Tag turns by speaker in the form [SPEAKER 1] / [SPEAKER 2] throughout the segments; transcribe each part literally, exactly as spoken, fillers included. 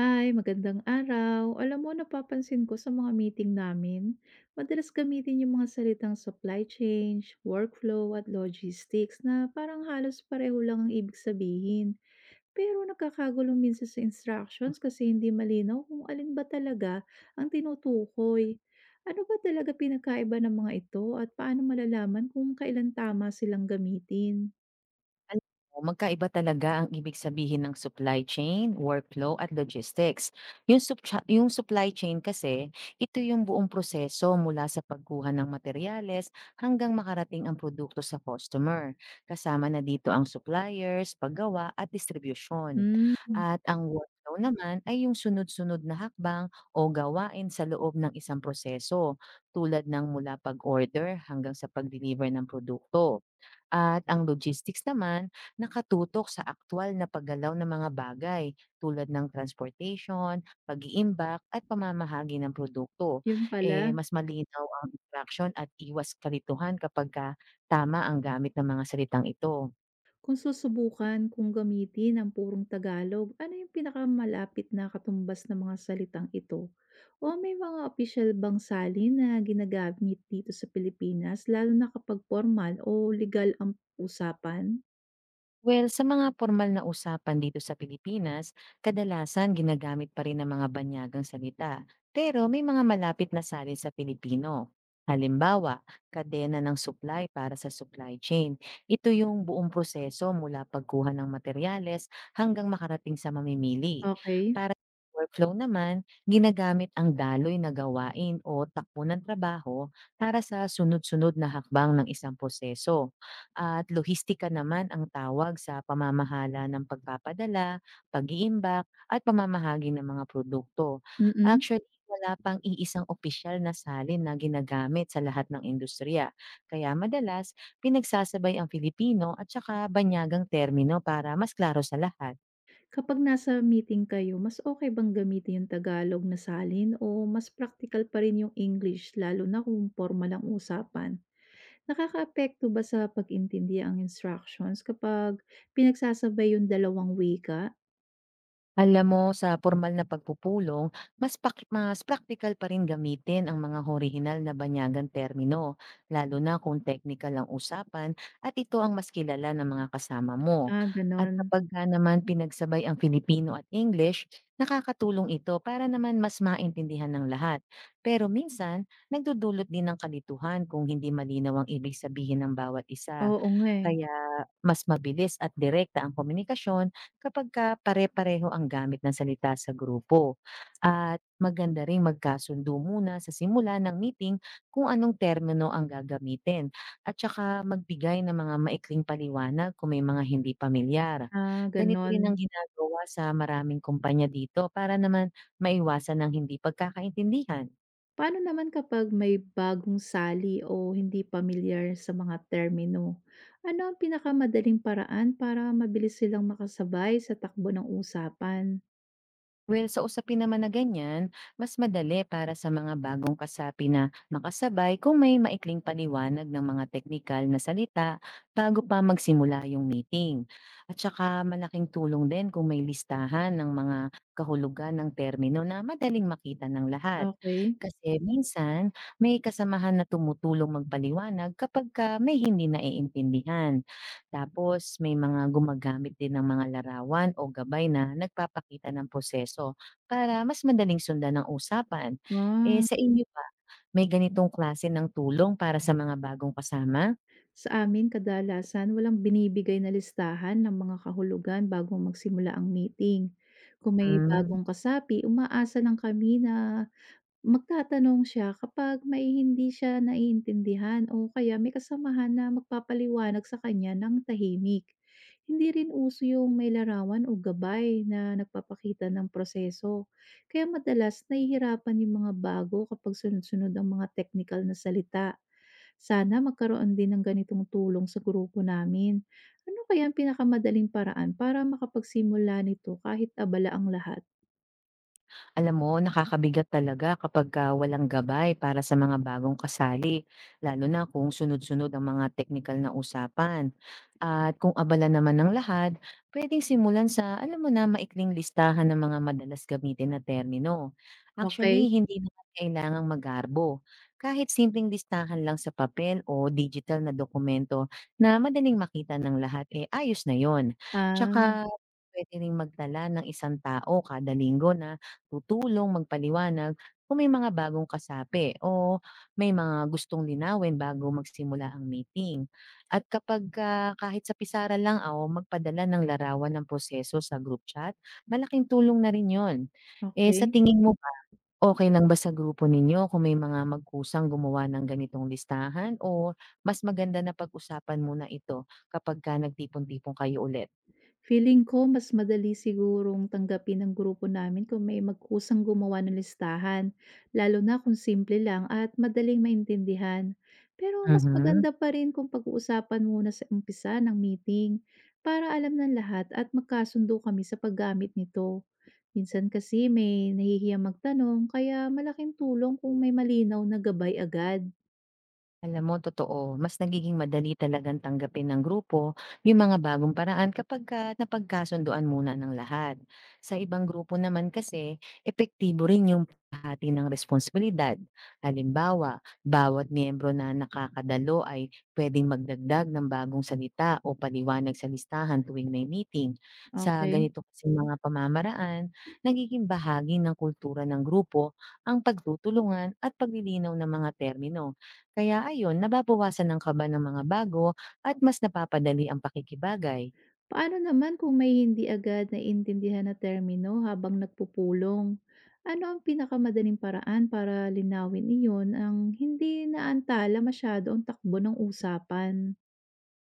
[SPEAKER 1] Hi, magandang araw. Alam mo, napapansin ko sa mga meeting namin, madalas gamitin yung mga salitang supply chain, workflow, at logistics na parang halos pareho lang ang ibig sabihin. Pero nagkakagulong minsan sa
[SPEAKER 2] Hmm.
[SPEAKER 1] instructions kasi hindi malinaw kung alin ba talaga ang tinutukoy. Ano ba talaga pinakaiba ng mga ito at paano malalaman kung kailan tama silang gamitin?
[SPEAKER 2] Alam mo, magkaiba talaga ang ibig sabihin ng supply chain, workflow, at logistics. Yung, sup- yung supply chain kasi, ito yung buong proseso mula sa pagkuha ng materyales hanggang makarating ang produkto sa customer. Kasama na dito ang suppliers, paggawa, at distribution.
[SPEAKER 1] Hmm,
[SPEAKER 2] At ang workflow naman ay yung sunod-sunod na hakbang o gawain sa loob ng isang proseso tulad ng mula pag-order hanggang sa pag-deliver ng produkto. At ang logistics naman, nakatutok sa aktwal na paggalaw ng mga bagay tulad ng transportation, pag-iimbak at pamamahagi ng produkto.
[SPEAKER 1] yun
[SPEAKER 2] Eh,
[SPEAKER 1] pala.
[SPEAKER 2] mas malinaw ang interaction at iwas kalituhan kapag ka tama ang gamit ng mga salitang ito.
[SPEAKER 1] Kung susubukan kung gamitin ang purong Tagalog, ano yung pinakamalapit na katumbas ng mga salitang ito? O may mga opisyal bang salin na ginagamit dito sa Pilipinas lalo na kapag formal o legal ang usapan?
[SPEAKER 2] Well, sa mga formal na usapan dito sa Pilipinas, kadalasan ginagamit pa rin ng mga banyagang salita. Pero may mga malapit na salin sa Pilipino. Halimbawa, kadena ng supply para sa supply chain. Ito yung buong proseso mula pagkuha ng materyales hanggang makarating sa mamimili.
[SPEAKER 1] Okay,
[SPEAKER 2] Para sa workflow naman, ginagamit ang daloy na gawain o takbo ng trabaho para sa sunod-sunod na hakbang ng isang proseso at lohistika naman ang tawag sa pamamahala ng pagpapadala, pag-iimbak, at pamamahagi ng mga produkto.
[SPEAKER 1] mm.
[SPEAKER 2] Actually, wala pang iisang opisyal na salin na ginagamit sa lahat ng industriya. Kaya madalas, pinagsasabay ang Filipino at saka banyagang termino para mas klaro sa lahat.
[SPEAKER 1] Kapag nasa meeting kayo, mas okay bang gamitin yung Tagalog na salin o mas practical pa rin yung English lalo na kung formal ang usapan? Nakakaapekto ba sa pag-intindi ang instructions kapag pinagsasabay yung dalawang wika?
[SPEAKER 2] Alam mo, sa formal na pagpupulong, mas, pak- mas practical pa rin gamitin ang mga orihinal na banyagang termino, lalo na kung technical ang usapan at ito ang mas kilala ng mga kasama mo.
[SPEAKER 1] Ah,
[SPEAKER 2] At
[SPEAKER 1] gano'n.
[SPEAKER 2] kapag ka naman pinagsabay ang Filipino at English, nakakatulong ito para naman mas maintindihan ng lahat. Pero minsan, nagdudulot din ng kalituhan kung hindi malinaw ang ibig sabihin ng bawat isa.
[SPEAKER 1] Oo nga, eh.
[SPEAKER 2] Kaya mas mabilis at direkta ang komunikasyon kapagka pare-pareho ang gamit ng salita sa grupo. At maganda ring magkasundo muna sa simula ng meeting kung anong termino ang gagamitin at saka magbigay ng mga maikling paliwanag kung may mga hindi pamilyar.
[SPEAKER 1] Ah,
[SPEAKER 2] Ganito
[SPEAKER 1] gano'n.
[SPEAKER 2] rin ang ginagawa sa maraming kumpanya dito para naman maiwasan ng hindi pagkakaintindihan.
[SPEAKER 1] Paano naman kapag may bagong sali o hindi pamilyar sa mga termino? Ano ang pinakamadaling paraan para mabilis silang makasabay sa takbo ng usapan?
[SPEAKER 2] Well, sa usapin naman na ganyan, mas madali para sa mga bagong kasapi na makasabay kung may maikling paliwanag ng mga teknikal na salita bago pa magsimula yung meeting. At saka malaking tulong din kung may listahan ng mga kahulugan ng termino na madaling makita ng lahat.
[SPEAKER 1] Okay.
[SPEAKER 2] Kasi minsan, may kasamahan na tumutulong magpaliwanag kapag ka may hindi naiintindihan. Tapos may mga gumagamit din ng mga larawan o gabay na nagpapakita ng proseso para mas madaling sundan ang usapan. Eh,
[SPEAKER 1] Ah.
[SPEAKER 2] sa inyo ba, may ganitong klase ng tulong para sa mga bagong kasama?
[SPEAKER 1] Sa amin kadalasan walang binibigay na listahan ng mga kahulugan bago magsimula ang meeting. Kung may
[SPEAKER 2] Hmm.
[SPEAKER 1] bagong kasapi, umaasa lang kami na magtatanong siya kapag may hindi siya naiintindihan o kaya may kasamahan na magpapaliwanag sa kanya ng tahimik. Hindi rin uso yung may larawan o gabay na nagpapakita ng proseso. Kaya madalas nahihirapan yung mga bago kapag sunod-sunod ang mga technical na salita. Sana magkaroon din ng ganitong tulong sa grupo namin. Ano kaya ang pinakamadaling paraan para makapagsimula nito kahit abala ang lahat?
[SPEAKER 2] Alam mo, nakakabigat talaga kapagka walang gabay para sa mga bagong kasali, lalo na kung sunod-sunod ang mga technical na usapan. At kung abala naman ng lahat, pwedeng simulan sa, alam mo na, maikling listahan ng mga madalas gamitin na termino.
[SPEAKER 1] Okay.
[SPEAKER 2] Actually, hindi naman kailangang magarbo. Kahit simpleng listahan lang sa papel o digital na dokumento na madaling makita ng lahat, eh ayos na yon.
[SPEAKER 1] ah,
[SPEAKER 2] Tsaka, pwede rin magtala ng isang tao kada linggo na tutulong, magpaliwanag kung may mga bagong kasapi o may mga gustong linawin bago magsimula ang meeting. At kapag ah, kahit sa pisara lang ah, o magpadala ng larawan ng proseso sa group chat, malaking tulong na rin yon. Eh sa
[SPEAKER 1] okay.
[SPEAKER 2] tingin mo ba, okay lang ba sa grupo ninyo kung may mga magkusang gumawa ng ganitong listahan o mas maganda na pag-usapan muna ito kapag ka nagtipon-tipon kayo ulit?
[SPEAKER 1] Feeling ko mas madali sigurong tanggapin ng grupo namin kung may magkusang gumawa ng listahan, lalo na kung simple lang at madaling maintindihan. Pero mas
[SPEAKER 2] Mhm.
[SPEAKER 1] maganda pa rin kung pag-uusapan muna sa umpisa ng meeting para alam ng lahat at magkasundo kami sa paggamit nito. Minsan kasi may nahihiyang magtanong kaya malaking tulong kung may malinaw na gabay agad.
[SPEAKER 2] Alam mo, totoo, mas nagiging madali talagang tanggapin ng grupo yung mga bagong paraan kapag ka napagkasunduan muna ng lahat. Sa ibang grupo naman kasi, epektibo rin yung pahati ng responsibilidad. Halimbawa, bawat miyembro na nakakadalo ay pwedeng magdagdag ng bagong salita o paliwanag sa listahan tuwing may meeting. Sa
[SPEAKER 1] Okay.
[SPEAKER 2] ganito kasi mga pamamaraan, nagiging bahagi ng kultura ng grupo ang pagtutulungan at paglilinaw ng mga termino kaya ayun, nababawasan ang kaba ng mga bago at mas napapadali ang pakikibagay.
[SPEAKER 1] Paano naman kung may hindi agad na naiintindihan na termino habang nagpupulong? Ano ang pinakamadaling paraan para linawin iyon ang hindi naantala masyado ang takbo ng usapan?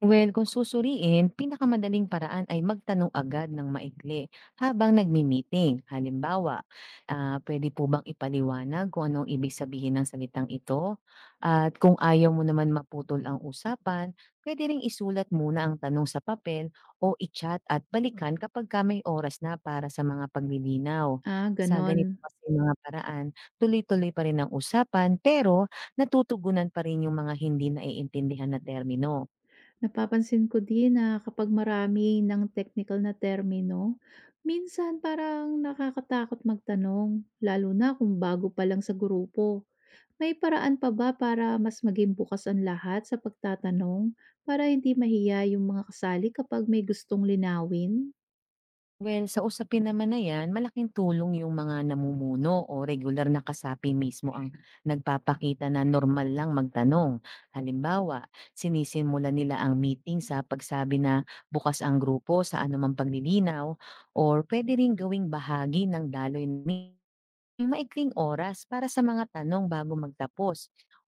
[SPEAKER 2] Well, kung susuriin, pinakamadaling paraan ay magtanong agad ng maikli habang nagmi-meeting. Halimbawa, ah, pwede po bang ipaliwanag kung anong ibig sabihin ng salitang ito? At kung ayaw mo naman maputol ang usapan, pwede ring isulat muna ang tanong sa papel o i-chat at balikan kapag ka may oras na para sa mga paglilinaw.
[SPEAKER 1] Ah,
[SPEAKER 2] Sa
[SPEAKER 1] ganon.
[SPEAKER 2] ganito kasi mga paraan, tuloy-tuloy pa rin ang usapan pero natutugunan pa rin yung mga hindi naiintindihan na termino.
[SPEAKER 1] Napapansin ko din na kapag marami ng technical na termino, minsan parang nakakatakot magtanong, lalo na kung bago pa lang sa grupo. May paraan pa ba para mas maging bukas ang lahat sa pagtatanong, para hindi mahiya yung mga kasali kapag may gustong linawin?
[SPEAKER 2] Well, sa usapin naman na yan, malaking tulong yung mga namumuno o regular na kasapi mismo ang nagpapakita na normal lang magtanong. Halimbawa, sinisimula nila ang meeting sa pagsabi na bukas ang grupo sa anumang paglilinaw or pwede rin gawing bahagi ng daloy ng may maikling oras para sa mga tanong bago magtapos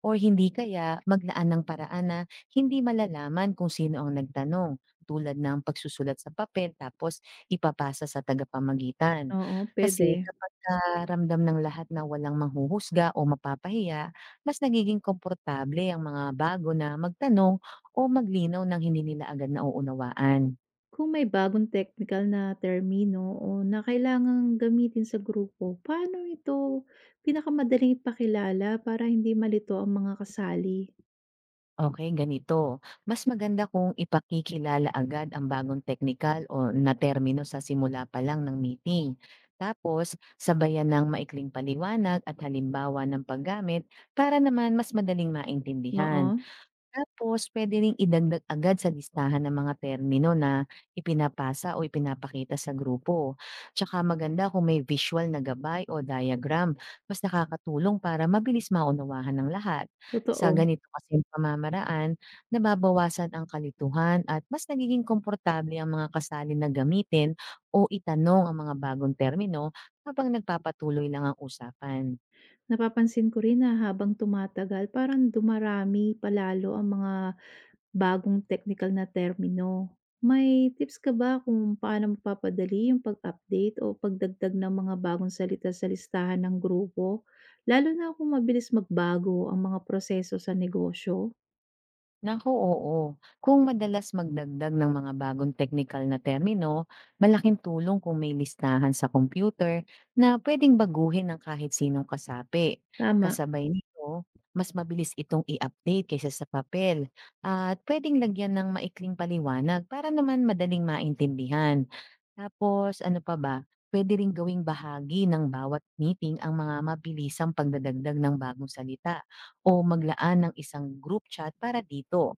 [SPEAKER 2] o hindi kaya maglaan ng paraan na hindi malalaman kung sino ang nagtanong tulad ng pagsusulat sa papel tapos ipapasa sa tagapamagitan.
[SPEAKER 1] Oo,
[SPEAKER 2] Kasi
[SPEAKER 1] pwede.
[SPEAKER 2] kapag ah, ramdam ng lahat na walang manghuhusga o mapapahiya, mas nagiging komportable ang mga bago na magtanong o maglinaw ng hindi nila agad nauunawaan.
[SPEAKER 1] Kung may bagong technical na termino o na kailangang gamitin sa grupo, paano ito pinakamadaling ipakilala para hindi malito ang mga kasali?
[SPEAKER 2] Okay, ganito. Mas maganda kung ipakikilala agad ang bagong technical o na termino sa simula pa lang ng meeting. Tapos, sabayan ng maikling paliwanag at halimbawa ng paggamit para naman mas madaling
[SPEAKER 1] Oo,
[SPEAKER 2] maintindihan. Tapos puwede ring idagdag agad sa listahan ng mga termino na ipinapasa o ipinapakita sa grupo. Tsaka maganda kung may visual na gabay o diagram, mas nakakatulong para mabilis maunawahan ng lahat. Sa
[SPEAKER 1] totoo.
[SPEAKER 2] ganito kasing pamamaraan, nababawasan ang kalituhan at mas nagiging komportable ang mga kasali na gamitin o itanong ang mga bagong termino habang nagpapatuloy lang ang usapan.
[SPEAKER 1] Napapansin ko rin na habang tumatagal, parang dumarami palalo ang mga bagong technical na termino. May tips ka ba kung paano mapapadali yung pag-update o pagdagdag ng mga bagong salita sa listahan ng grupo? Lalo na kung mabilis magbago ang mga proseso sa negosyo.
[SPEAKER 2] Naku, oo. Kung madalas magdagdag ng mga bagong technical na termino, malaking tulong kung may listahan sa computer na pwedeng baguhin ng kahit sinong kasapi.
[SPEAKER 1] Tama.
[SPEAKER 2] Kasabay nito, mas mabilis itong i-update kaysa sa papel at pwedeng lagyan ng maikling paliwanag para naman madaling maintindihan. Tapos, ano pa ba? Pwede rin gawing bahagi ng bawat meeting ang mga mabilisang pagdadagdag ng bagong salita o maglaan ng isang group chat para dito.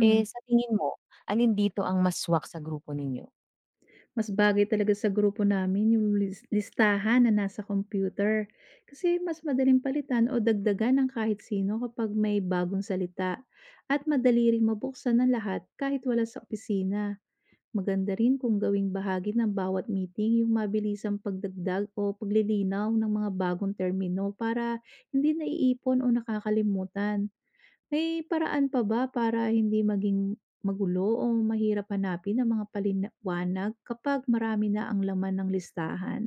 [SPEAKER 2] Eh, sa tingin mo, alin dito ang mas swak sa grupo ninyo?
[SPEAKER 1] mas bagay talaga sa grupo namin yung lis- listahan na nasa computer. Kasi mas madaling palitan o dagdagan ng kahit sino kapag may bagong salita. At madali ring mabuksan ng lahat kahit wala sa opisina. Maganda rin kung gawing bahagi ng bawat meeting yung mabilisang pagdagdag o paglilinaw ng mga bagong termino para hindi naiipon o nakakalimutan. May paraan pa ba para hindi maging magulo o mahirap hanapin ang mga paliwanag kapag marami na ang laman ng listahan?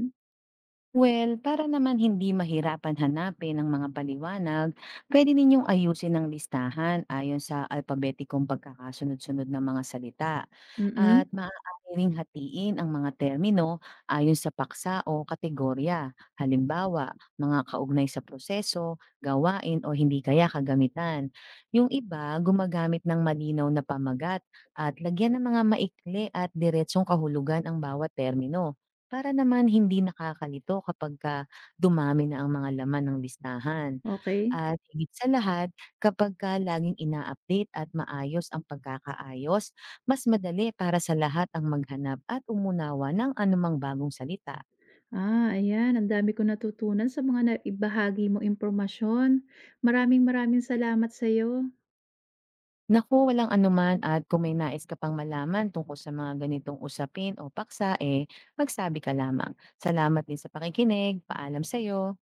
[SPEAKER 2] Well, para naman hindi mahirapan hanapin ang mga paliwanag, pwede ninyong ayusin ang listahan ayon sa alpabetikong pagkakasunod-sunod ng mga salita
[SPEAKER 1] Mm-mm,
[SPEAKER 2] at maaari ring hatiin ang mga termino ayon sa paksa o kategorya. Halimbawa, mga kaugnay sa proseso, gawain o hindi kaya kagamitan. Yung iba, gumagamit ng malinaw na pamagat at lagyan ng mga maikli at diretsong kahulugan ang bawat termino para naman hindi nakakalito kapagka dumami na ang mga laman ng listahan.
[SPEAKER 1] okay.
[SPEAKER 2] At higit sa lahat, kapagka laging ina-update at maayos ang pagkakaayos, mas madali para sa lahat ang maghanap at umunawa ng anumang bagong salita.
[SPEAKER 1] Ah, ayan. Ang dami ko natutunan sa mga naibahagi mo impormasyon. Maraming maraming salamat sa iyo.
[SPEAKER 2] Naku, walang anuman at kung may nais ka pang malaman tungkol sa mga ganitong usapin o paksa, eh, magsabi ka lamang. Salamat din sa pakikinig. Paalam sa'yo.